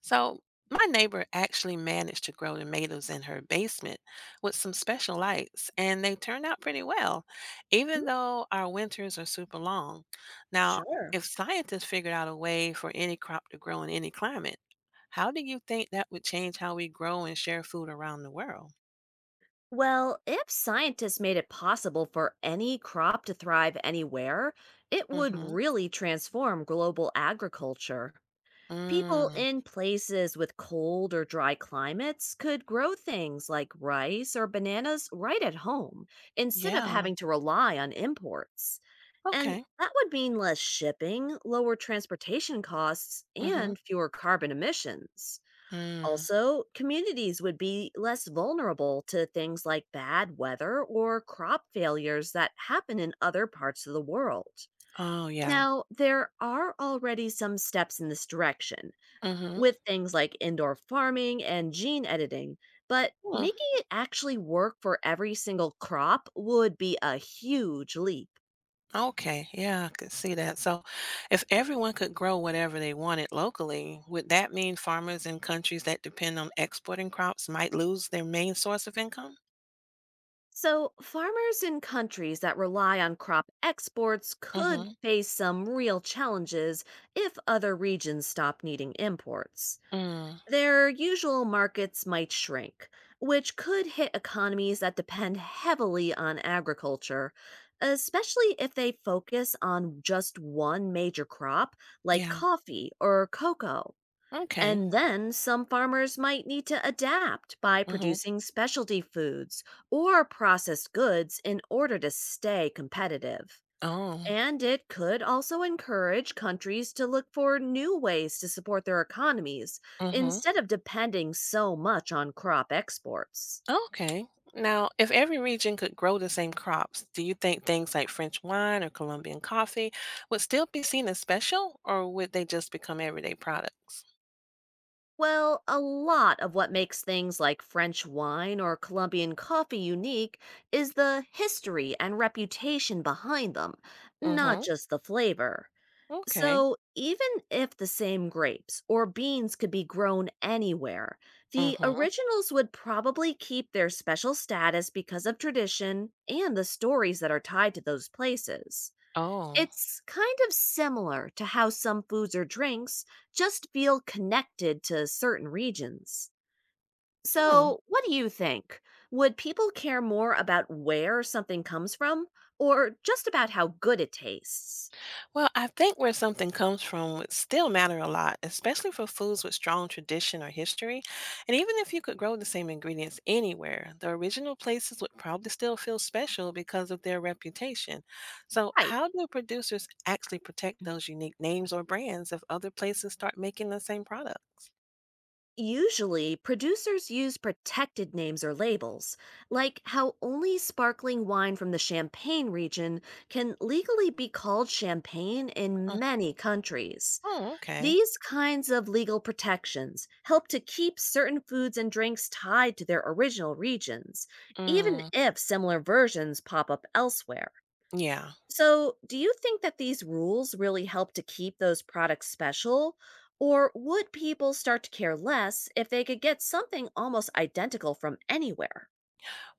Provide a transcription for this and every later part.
So, my neighbor actually managed to grow tomatoes in her basement with some special lights, and they turned out pretty well, Mm. even though our winters are super long. Now, Sure. if scientists figured out a way for any crop to grow in any climate, how do you think that would change how we grow and share food around the world? Well, if scientists made it possible for any crop to thrive anywhere, it would Mm-hmm. really transform global agriculture. People Mm. in places with cold or dry climates could grow things like rice or bananas right at home instead of Yeah. having to rely on imports. And Okay. that would mean less shipping, lower transportation costs, Mm-hmm. and fewer carbon emissions. Mm. Also, communities would be less vulnerable to things like bad weather or crop failures that happen in other parts of the world. Oh, yeah. Now, there are already some steps in this direction Mm-hmm. with things like indoor farming and gene editing, but Hmm. making it actually work for every single crop would be a huge leap. Okay, yeah, I could see that. So, if everyone could grow whatever they wanted locally, would that mean farmers in countries that depend on exporting crops might lose their main source of income? So, farmers in countries that rely on crop exports could Mm-hmm. face some real challenges if other regions stop needing imports. Mm, Their usual markets might shrink, which could hit economies that depend heavily on agriculture, especially if they focus on just one major crop like yeah. coffee or cocoa. Okay. And then some farmers might need to adapt by Mm-hmm. producing specialty foods or processed goods in order to stay competitive. Oh. And it could also encourage countries to look for new ways to support their economies Mm-hmm. instead of depending so much on crop exports. Okay. Now, if every region could grow the same crops, do you think things like French wine or Colombian coffee would still be seen as special, or would they just become everyday products? Well, a lot of what makes things like French wine or Colombian coffee unique is the history and reputation behind them, not Mm-hmm. just the flavor. Okay. So, even if the same grapes or beans could be grown anywhere, the Mm-hmm. originals would probably keep their special status because of tradition and the stories that are tied to those places. Oh. It's kind of similar to how some foods or drinks just feel connected to certain regions. Oh. So, what do you think? Would people care more about where something comes from or just about how good it tastes? Well, I think where something comes from would still matter a lot, especially for foods with strong tradition or history. And even if you could grow the same ingredients anywhere, the original places would probably still feel special because of their reputation. So, Right. how do producers actually protect those unique names or brands if other places start making the same products? Usually, producers use protected names or labels, like how only sparkling wine from the Champagne region can legally be called champagne Mm. in many countries. Oh, okay. These kinds of legal protections help to keep certain foods and drinks tied to their original regions, even Mm, if similar versions pop up elsewhere. yeah. So, do you think that these rules really help to keep those products special? Or would people start to care less if they could get something almost identical from anywhere?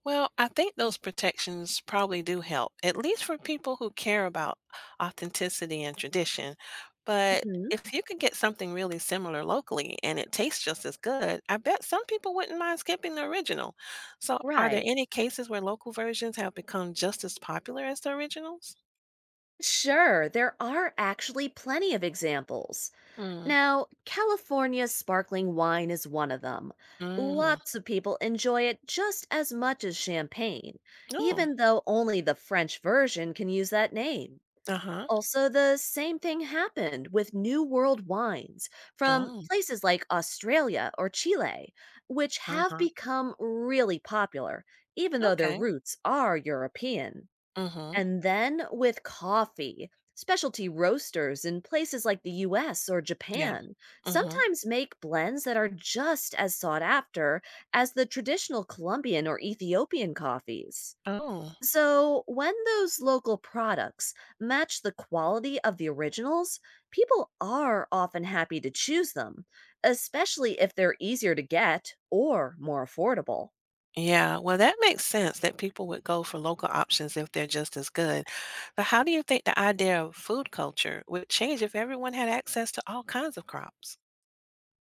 Well, I think those protections probably do help, at least for people who care about authenticity and tradition. But Hmm. if you could get something really similar locally and it tastes just as good, I bet some people wouldn't mind skipping the original. So, are there Right. any cases where local versions have become just as popular as the originals? Sure, there are actually plenty of examples. Mm. Now, California's sparkling wine is one of them. Mm. Lots of people enjoy it just as much as champagne, Oh. even though only the French version can use that name. Uh huh. Also, the same thing happened with New World wines from Oh. places like Australia or Chile, which Uh have huh. become really popular, even though their Okay. roots are European. Mm hmm. And then with coffee, specialty roasters in places like the US or Yeah. Japan Mm hmm. sometimes make blends that are just as sought after as the traditional Colombian or Ethiopian coffees. Oh. So, when those local products match the quality of the originals, people are often happy to choose them, especially if they're easier to get or more affordable. Yeah, well, that makes sense that people would go for local options if they're just as good. But how do you think the idea of food culture would change if everyone had access to all kinds of crops?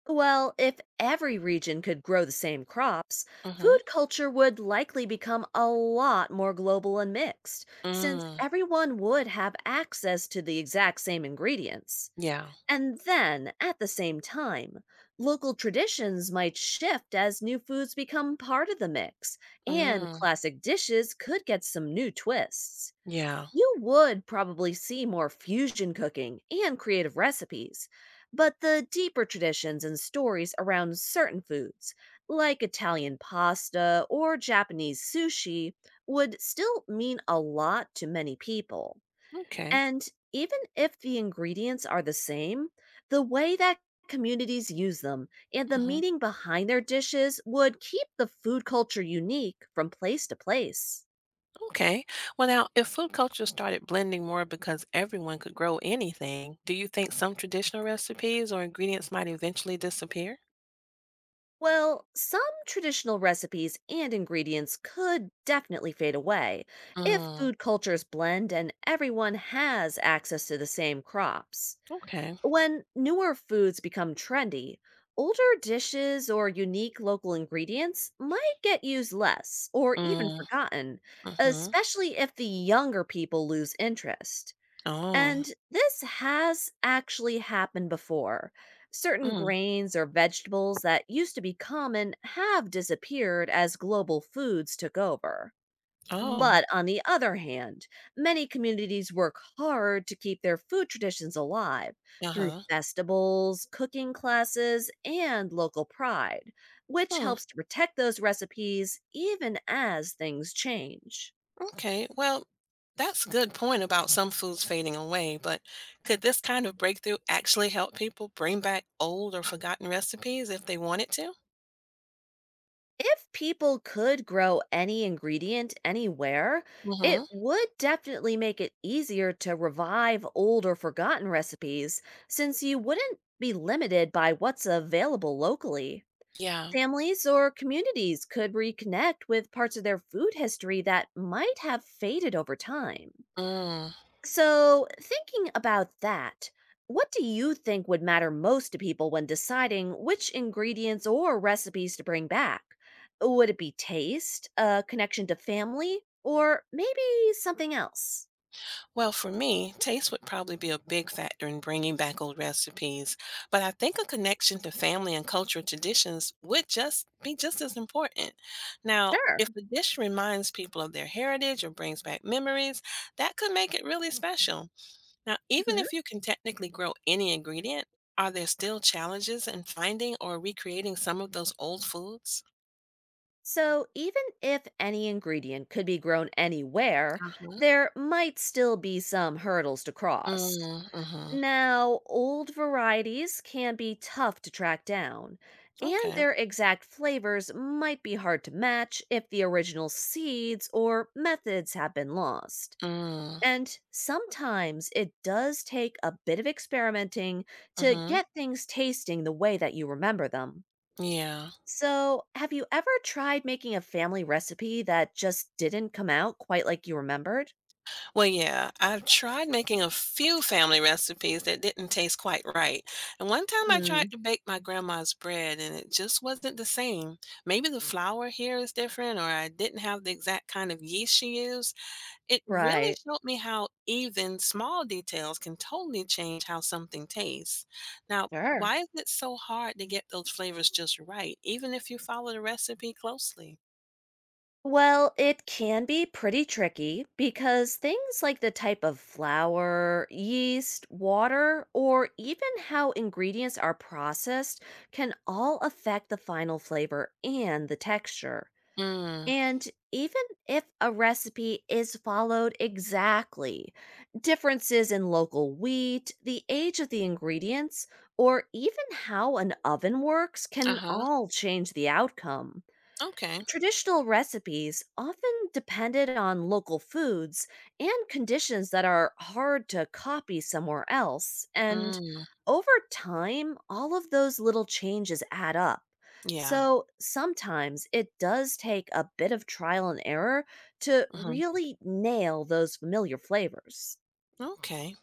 Well, if every region could grow the same crops, Mm-hmm. food culture would likely become a lot more global and mixed, since Mm, everyone would have access to the exact same ingredients. yeah. And then, at the same time, local traditions might shift as new foods become part of the mix, and Mm, classic dishes could get some new twists. yeah. You would probably see more fusion cooking and creative recipes, but the deeper traditions and stories around certain foods, like Italian pasta or Japanese sushi, would still mean a lot to many people. Okay. And even if the ingredients are the same, the way that communities use them and the Hmm. meaning behind their dishes would keep the food culture unique from place to place. Okay. Well, now, if food culture started blending more because everyone could grow anything, do you think some traditional recipes or ingredients might eventually disappear? Well, some traditional recipes and ingredients could definitely fade away if Mm, food cultures blend and everyone has access to the same crops. okay. When newer foods become trendy, older dishes or unique local ingredients might get used less or even Mm, forgotten, mm-hmm. especially if the younger people lose interest. Oh. And this has actually happened before. Certain Mm, grains or vegetables that used to be common have disappeared as global foods took over. oh. But on the other hand, many communities work hard to keep their food traditions alive through Uh-huh. festivals, cooking classes, and local pride, which Hmm. helps to protect those recipes even as things change. Okay, well, that's a good point about some foods fading away, but could this kind of breakthrough actually help people bring back old or forgotten recipes if they wanted to? If people could grow any ingredient anywhere, it Mm-hmm. would definitely make it easier to revive old or forgotten recipes since you wouldn't be limited by what's available locally. Yeah. Families or communities could reconnect with parts of their food history that might have faded over time. Mm. So, thinking about that, what do you think would matter most to people when deciding which ingredients or recipes to bring back? Would it be taste, a connection to family, or maybe something else? Well, for me, taste would probably be a big factor in bringing back old recipes, but I think a connection to family and cultural traditions would just be just as important. Now, Sure. if the dish reminds people of their heritage or brings back memories, that could make it really special. Now, even Mhm. if you can technically grow any ingredient, are there still challenges in finding or recreating some of those old foods? So, even if any ingredient could be grown anywhere, Uh-huh. there might still be some hurdles to Mm, cross. mm-hmm. Now, old varieties can be tough to track down, and Okay. their exact flavors might be hard to match if the original seeds or methods have been lost. Mm, And sometimes it does take a bit of experimenting to mm-hmm. get things tasting the way that you remember them. Yeah. So, have you ever tried making a family recipe that just didn't come out quite like you remembered? Well, yeah, I've tried making a few family recipes that didn't taste quite right. And one time I tried Hmm. to bake my grandma's bread and it just wasn't the same. Maybe the flour here is different, or I didn't have the exact kind of yeast she used. It really Right. showed me how even small details can totally change how something tastes. Now, Sure. why is it so hard to get those flavors just right, even if you follow the recipe closely? Well, it can be pretty tricky because things like the type of flour, yeast, water, or even how ingredients are processed can all affect the final flavor and the texture. Mm. And even if a recipe is followed exactly, differences in local wheat, the age of the ingredients, or even how an oven works Uh can huh. all change the outcome. Okay. Traditional recipes often depended on local foods and conditions that are hard to copy somewhere else. And Mm. over time, all of those little changes add up. Yeah. So sometimes it does take a bit of trial and error to Uh-huh. really nail those familiar flavors. Okay.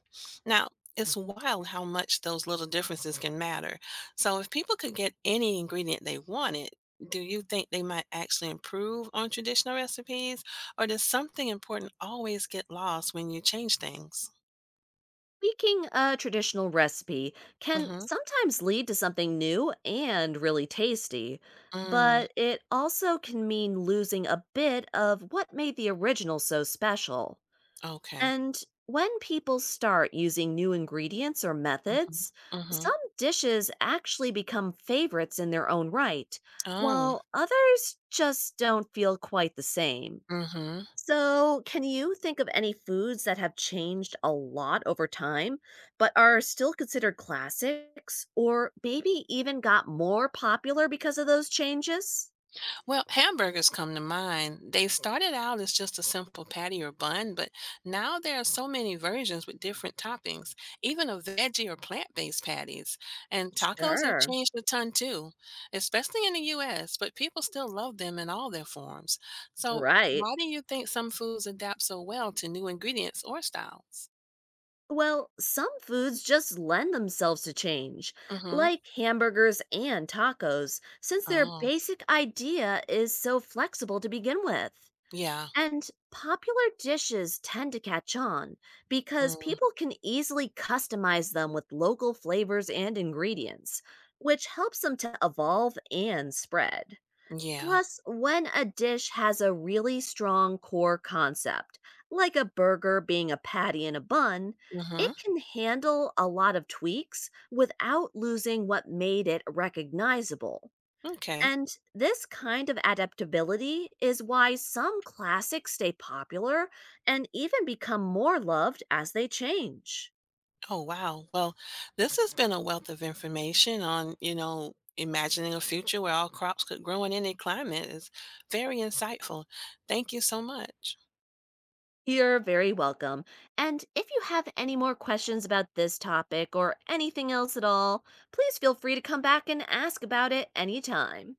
Now, it's wild how much those little differences can matter. So, if people could get any ingredient they wanted, do you think they might actually improve on traditional recipes? Or does something important always get lost when you change things? Tweaking a traditional recipe can Mm-hmm. sometimes lead to something new and really tasty, Mm, but it also can mean losing a bit of what made the original so special. okay. And when people start using new ingredients or Mm-hmm. methods, Mm-hmm. some dishes actually become favorites in their own right, Oh. while others just don't feel quite the same. Mm-hmm. So, can you think of any foods that have changed a lot over time, but are still considered classics, or maybe even got more popular because of those changes? Well, hamburgers come to mind. They started out as just a simple patty or bun, but now there are so many versions with different toppings, even of veggie or plant-based patties. And tacos have Sure, changed a ton too, especially in the US, but people still love them in all their forms. So, right. why do you think some foods adapt so well to new ingredients or styles? Well, some foods just lend themselves to change, Mhm. like hamburgers and tacos, since their Oh, basic idea is so flexible to begin with. yeah. And popular dishes tend to catch on because Mm, people can easily customize them with local flavors and ingredients, which helps them to evolve and spread. yeah. Plus, when a dish has a really strong core concept, like a burger being a patty in a bun, Mhm. it can handle a lot of tweaks without losing what made it recognizable. Okay. And this kind of adaptability is why some classics stay popular and even become more loved as they change. Oh, wow. Well, this has been a wealth of information on imagining a future where all crops could grow in any climate is very insightful. Thank you so much. You're very welcome. And if you have any more questions about this topic or anything else at all, please feel free to come back and ask about it anytime.